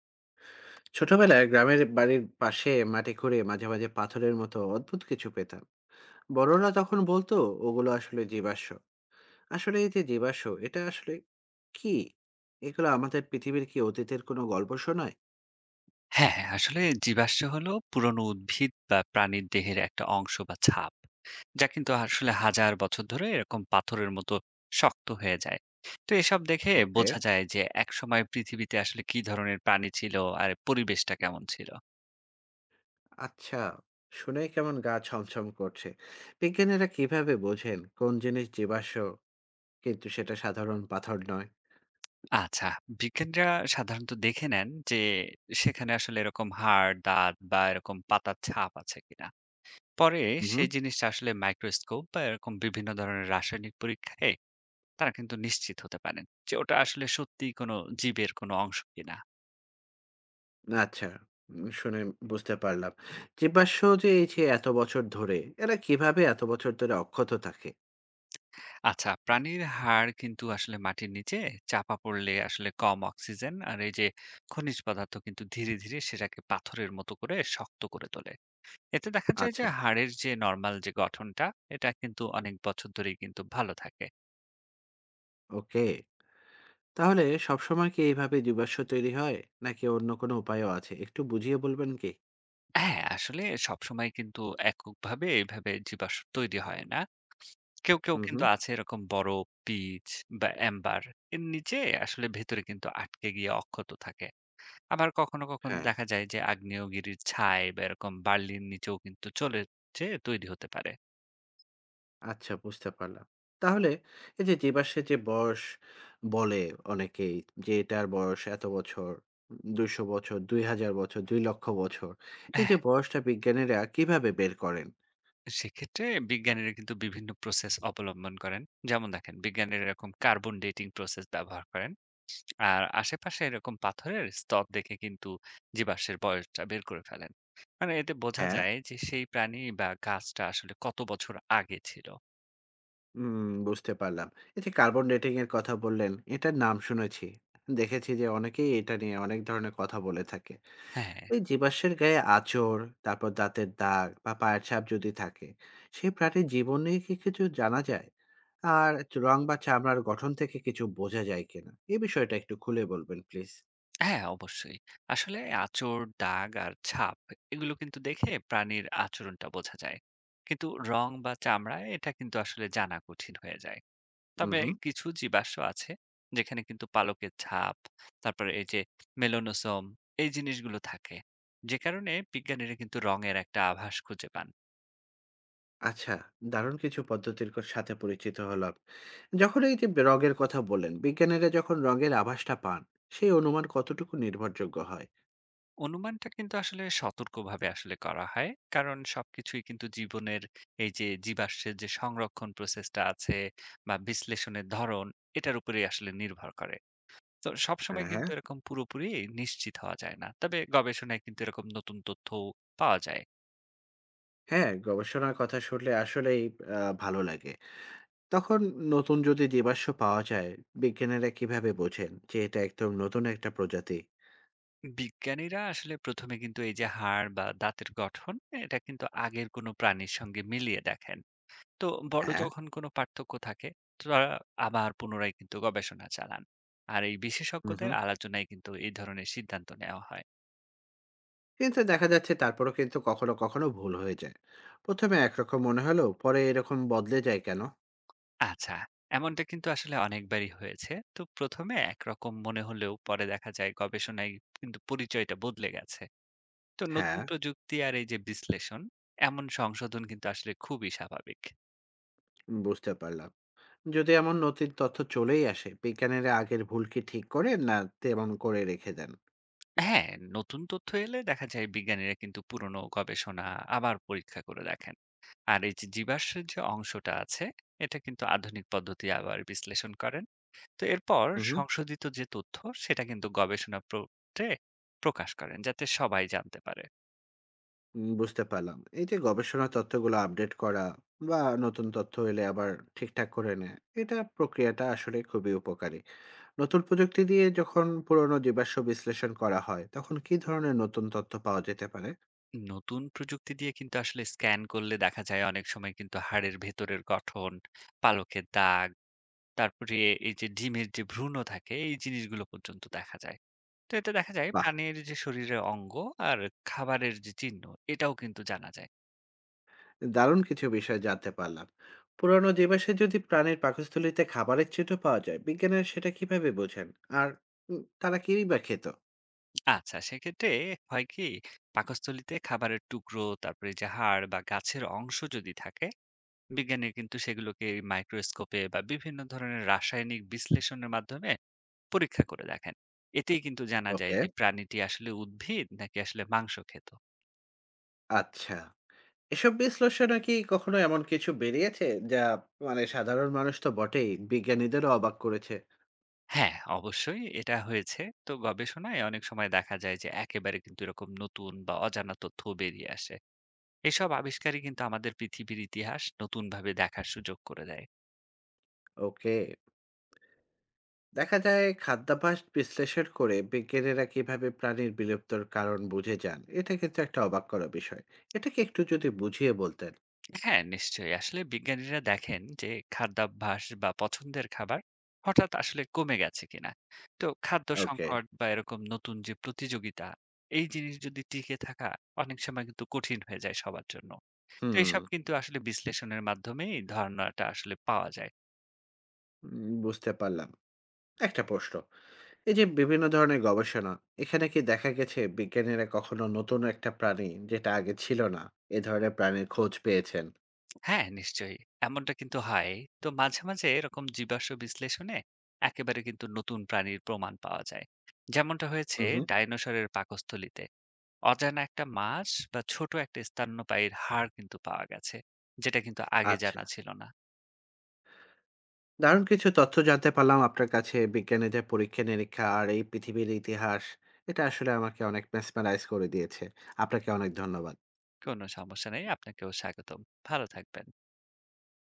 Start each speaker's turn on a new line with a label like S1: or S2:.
S1: ছোটবেলায় গ্রামের বাড়ির পাশে মাটি খুঁড়ে মাঝে মাঝে পাথরের মতো অদ্ভুত কিছু পেতাম। বড়রা তখন বলতো ওগুলো আসলে জীবাশ্ম। আসলে এই যে জীবাশ্ম, এটা আসলে কি? এগুলো আমাদের পৃথিবীর কি অতীতের কোনো গল্প শোনায়?
S2: হ্যাঁ, হ্যাঁ। আসলে জীবাশ্ম হলো পুরনো উদ্ভিদ বা প্রাণীর দেহের একটা অংশ বা ছাপ। যা কিন্তু আসলে হাজার বছর ধরে এরকম পাথরের মতো শক্ত হয়ে যায়। তো এসব দেখে
S1: ওকে।
S2: বোঝা যায় যে একসময় পৃথিবীতে আসলে কি ধরনের প্রাণী ছিল আর পরিবেশটা কেমন ছিল।
S1: আচ্ছা, শুনে কেমন গা ছমছম করছে। বিজ্ঞানীরা কিভাবে বোঝেন কোন জিনিস জীবাশ্ম, কিন্তু সেটা সাধারণ পাথর নয়?
S2: আচ্ছা, বিজ্ঞানীরা সাধারণত দেখে নেন যে সেখানে আসলে এরকম হাড়, দাঁত বা এরকম পাতার ছাপ আছে কিনা। পরে
S1: হুম।
S2: সেই জিনিসটা আসলে মাইক্রোস্কোপ বা এরকম বিভিন্ন ধরনের রাসায়নিক পরীক্ষায় তারা কিন্তু নিশ্চিত হতে পারেন যে ওটা আসলে সত্যিই কোনো জীবের কোনো অংশ কিনা।
S1: আচ্ছা, শুনে বুঝতে পারলাম। জীবাশ্ম যে এই যে এত বছর ধরে, এরা কিভাবে এত বছর ধরে অক্ষত থাকে?
S2: আচ্ছা, প্রাণীর হাড় কিন্তু আসলে মাটির নিচে চাপা পড়লে আসলে কম অক্সিজেন আর এই যে খনিজ পদার্থ কিন্তু ধীরে, ধীরে সেটাকে পাথরের মতো করে শক্ত করে তোলে। এতে দেখা যায় যে
S1: আচ্ছা,
S2: হাড়ের যে নরমাল যে গঠনটা, এটা কিন্তু অনেক বছর ধরেই কিন্তু ভালো থাকে।
S1: ওকে। তাহলে সবসময় কি এইভাবে জীবাশ্ম তৈরি হয়? নাকি অন্য কোনো উপায়ও আছে? একটু বুঝিয়ে বলবেন কি?
S2: হ্যাঁ, আসলে সবসময় কিন্তু এককভাবে এভাবে জীবাশ্ম তৈরি হয় না। কেউ, কেউ
S1: হুম,
S2: কিন্তু
S1: হুম।
S2: আছে এরকম বড় পিচ বা এম্বার এর নিচে আসলে ভেতরে কিন্তু আটকে গিয়ে অক্ষত থাকে। আবার কখনো, কখনো
S1: হ্যাঁ,
S2: দেখা যায় যে আগ্নেয়গিরির ছাই বা এরকম বার্লির নিচেও কিন্তু চলে যেয়ে তৈরি হতে পারে।
S1: আচ্ছা, বুঝতে পারলাম। তাহলে এই যে জীবাশ্মের যে বয়স বলে অনেকেই যে এটার বয়স এত বছর, ২০০ বছর, ২০০০ বছর, ২ লক্ষ বছর। এই
S2: হ্যাঁ,
S1: যে বয়সটা বিজ্ঞানীরা কিভাবে বের করেন?
S2: সেক্ষেত্রে বিজ্ঞানীরা কিন্তু বিভিন্ন প্রসেস অবলম্বন করেন। যেমন দেখেন বিজ্ঞানীরা এরকম কার্বন ডেটিং প্রসেস ব্যবহার করেন। আর আশেপাশে এরকম পাথরের স্তর দেখে কিন্তু জীবাশ্মের বয়সটা বের করে ফেলেন। মানে এতে বোঝা
S1: হ্যাঁ।
S2: যায় যে সেই প্রাণী বা গাছটা আসলে কত বছর আগে ছিল।
S1: হুম, বুঝতে পারলাম। এই যে কার্বন ডেটিং এর কথা বললেন, এটার নাম শুনেছি। দেখেছি যে অনেকেই এটা নিয়ে অনেক ধরনের কথা বলে থাকে।
S2: হ্যাঁ,
S1: এই জীবাশ্মের গায়ে আঁচড়, তারপর দাঁতের দাগ বা পায়ের ছাপ যদি থাকে, সেই প্রাণীর জীবন নিয়ে কি কিছু জানা যায়? আর রং বা চামড়ার গঠন থেকে কিছু বোঝা যায় কিনা? এই বিষয়টা একটু খুলে বলবেন প্লিজ।
S2: হ্যাঁ অবশ্যই। আসলে আঁচড়, দাগ আর ছাপ এগুলো কিন্তু দেখে প্রাণীর আচরণটা বোঝা যায়। কিন্তু রং বা চামড়ায় এটা কিন্তু আসলে জানা কঠিন হয়ে যায়।
S1: হু,
S2: তবে
S1: হু।
S2: কিছু জীবাশ্ম আছে যেখানে কিন্তু পালকের ছাপ, তারপরে এই যে মেলানোসোম এই জিনিসগুলো থাকে। যে কারণে বিজ্ঞানীরা কিন্তু রঙের একটা আভাস খুঁজে পান।
S1: আচ্ছা, দারুণ কিছু পদ্ধতির সাথে পরিচিত হলাম। যখন এই যে রঙের কথা বললেন, বিজ্ঞানীরা যখন রঙের আভাসটা পান, সেই অনুমান কতটুকু নির্ভরযোগ্য হয়?
S2: অনুমানটা কিন্তু আসলে সতর্কভাবে আসলে করা হয়। কারণ সবকিছুই কিন্তু জীবনের এই যে জীবাশ্মের যে সংরক্ষণ প্রসেসটা আছে বা বিশ্লেষণের ধরন, এটার উপরেই আসলে নির্ভর করে। তো
S1: হ্যাঁ,
S2: সবসময়
S1: হ্যাঁ।
S2: কিন্তু এরকম পুরোপুরি নিশ্চিত হওয়া যায় না। তবে গবেষণায় কিন্তু এরকম নতুন তথ্যও পাওয়া যায়।
S1: হ্যাঁ, গবেষণার কথা শুনলে আসলেই ভালো লাগে। তখন নতুন যদি জীবাশ্ম পাওয়া যায়, বিজ্ঞানীরা কিভাবে বোঝেন যে এটা একদম নতুন একটা প্রজাতি?
S2: বিজ্ঞানীরা আসলে ১ম এ কিন্তু এই যে হাড় বা দাঁতের গঠন, এটা কিন্তু আগের কোনো প্রাণীর সঙ্গে মিলিয়ে দেখেন। তো বড়
S1: হ্যাঁ,
S2: যখন কোনো পার্থক্য থাকে তো তারা আবার পুনরায় কিন্তু গবেষণা চালান, আর এই
S1: হুম,
S2: বিশেষজ্ঞদের
S1: হুম।
S2: আলোচনায় কিন্তু এই ধরনের সিদ্ধান্ত নেওয়া হয়।
S1: কিন্তু দেখা যাচ্ছে তারপরও কিন্তু কখনো, কখনো ভুল হয়ে যায়। ১ম এ একরকম মনে হলেও পরে এরকম বদলে যায় কেন?
S2: আচ্ছা, এমনটা কিন্তু আসলে অনেকবারই হয়েছে। তো প্রথমে একরকম মনে হলেও পরে দেখা যায় গবেষণায় কিন্তু পরিচয়টা বদলে গেছে। তো নতুন
S1: হ্যাঁ,
S2: প্রযুক্তি আর এই যে বিশ্লেষণ, এমন সংশোধন কিন্তু আসলে খুবই স্বাভাবিক।
S1: বুঝতে পারলাম। যদি এমন নথির তথ্য চলেই আসে, বিজ্ঞানীরা আগের ভুল কি ঠিক করেন না তেমন করে রেখে দেন?
S2: হ্যাঁ, নতুন তথ্য এলে দেখা যায় বিজ্ঞানীরা কিন্তু পুরনো গবেষণা আবার পরীক্ষা করে দেখেন। আর এই যে জীবাশ্মের যে অংশটা আছে, এটা কিন্তু আধুনিক পদ্ধতি আবার বিশ্লেষণ করেন। তো এরপর
S1: হুম।
S2: সংশোধিত যে তথ্য সেটা কিন্তু গবেষণা পত্রে প্রকাশ করেন যাতে সবাই জানতে পারে।
S1: বুঝতে পারলাম এই যে গবেষণা তথ্যগুলো আপডেট করা বা নতুন তথ্য এলে আবার ঠিকঠাক করে নেয়, এটা প্রক্রিয়াটা আসলে খুবই উপকারী। নতুন প্রযুক্তি দিয়ে যখন পুরনো জীবাশ্ম বিশ্লেষণ করা হয়, তখন কি ধরনের নতুন তথ্য পাওয়া যেতে পারে?
S2: নতুন প্রযুক্তি দিয়ে কিন্তু আসলে স্ক্যান করলে দেখা যায় অনেক সময় কিন্তু হাড়ের ভেতরের গঠন, পালকের দাগ, তারপরে এই যে ডিমের যে ভ্রূণ থাকে, এই জিনিসগুলো পর্যন্ত দেখা যায়। তো এতে দেখা যায়
S1: বাহ,
S2: প্রাণীর যে শরীরের অঙ্গ আর খাবারের যে চিহ্ন, এটাও কিন্তু জানা যায়।
S1: দারুণ কিছু বিষয় জানতে পারলাম। পুরনো জীবাশ্মে যদি প্রাণীর পাকস্থলীতে খাবারের চিঠো পাওয়া যায়, বিজ্ঞানীরা সেটা কিভাবে বোঝেন? আর তারা কিই বা খেত?
S2: আচ্ছা, সেক্ষেত্রে হয় কি, পাকস্থলীতে খাবারের টুকরো, তারপরে এই যে হাড় বা গাছের অংশ যদি থাকে, বিজ্ঞানীরা কিন্তু সেগুলোকে মাইক্রোস্কোপে বা বিভিন্ন ধরনের রাসায়নিক বিশ্লেষণের মাধ্যমে পরীক্ষা করে দেখেন। এতেই কিন্তু জানা যায়
S1: ওকে,
S2: যে প্রাণীটি আসলে উদ্ভিদ নাকি আসলে মাংস খেত।
S1: আচ্ছা। এসব বিশ্লেষণে কি কখনো এমন কিছু বেরিয়েছে, যা মানে সাধারণ মানুষ তো বটেই, বিজ্ঞানীদেরও অবাক করেছে?
S2: হ্যাঁ, অবশ্যই এটা হয়েছে। তো গবেষণায় অনেক সময় দেখা যায় যে একেবারে কিন্তু এরকম নতুন বা অজানা তথ্য বেরিয়ে আসে। এসব আবিষ্কারই কিন্তু আমাদের পৃথিবীর ইতিহাস নতুনভাবে দেখার সুযোগ করে দেয়।
S1: ওকে। দেখা যায় খাদ্যাভ্যাস বিশ্লেষণ করে বিজ্ঞানীরা কিভাবে প্রাণীর বিলুপ্তর কারণ বুঝে যান, এটা কিন্তু একটা অবাক করা বিষয়। এটাকে একটু যদি বুঝিয়ে বলতেন।
S2: হ্যাঁ, নিশ্চয়ই। আসলে বিজ্ঞানীরা দেখেন যে খাদ্যাভ্যাস বা পছন্দের খাবার হঠাৎ আসলে কমে গেছে কিনা। তো খাদ্য
S1: ওকে,
S2: সংকট বা এরকম নতুন যে প্রতিযোগিতা, এই জিনিস যদি টিকে থাকা অনেক সময় কিন্তু কঠিন হয়ে যায় সবার জন্য। তো
S1: হুম,
S2: এসব কিন্তু আসলে বিশ্লেষণের মাধ্যমেই ধারণাটা আসলে পাওয়া যায়।
S1: বুঝতে পারলাম। একটা প্রশ্ন, এই যে বিভিন্ন ধরনের গবেষণা, এখানে কি দেখা গেছে বিজ্ঞানীরা কখনো নতুন একটা প্রাণী যেটা আগে ছিল না, এ ধরনের প্রাণীর খোঁজ পেয়েছেন?
S2: হ্যাঁ, নিশ্চয়ই। এমনটা কিন্তু হয়। তো মাঝে, মাঝে এরকম জীবাশ্ম বিশ্লেষণে একেবারে কিন্তু নতুন প্রাণীর প্রমাণ পাওয়া যায়। যেমনটা হয়েছে
S1: হুম, হুম।
S2: ডাইনোসরের পাকস্থলীতে। অজানা একটা মাছ বা ছোট একটা স্তন্যপায়ীর হাড় কিন্তু পাওয়া গেছে, যেটা কিন্তু আগে
S1: আচ্ছা।
S2: জানা ছিল না।
S1: দারুণ কিছু তথ্য জানতে পারলাম আপনার কাছে বিজ্ঞানীদের পরীক্ষা-নিরীক্ষা আর এই পৃথিবীর ইতিহাস। এটা আসলে আমাকে অনেক mesmerize করে দিয়েছে। আপনাকে অনেক ধন্যবাদ।
S2: কোনো সমস্যা নেই, আপনাকেও স্বাগতম। ভালো থাকবেন।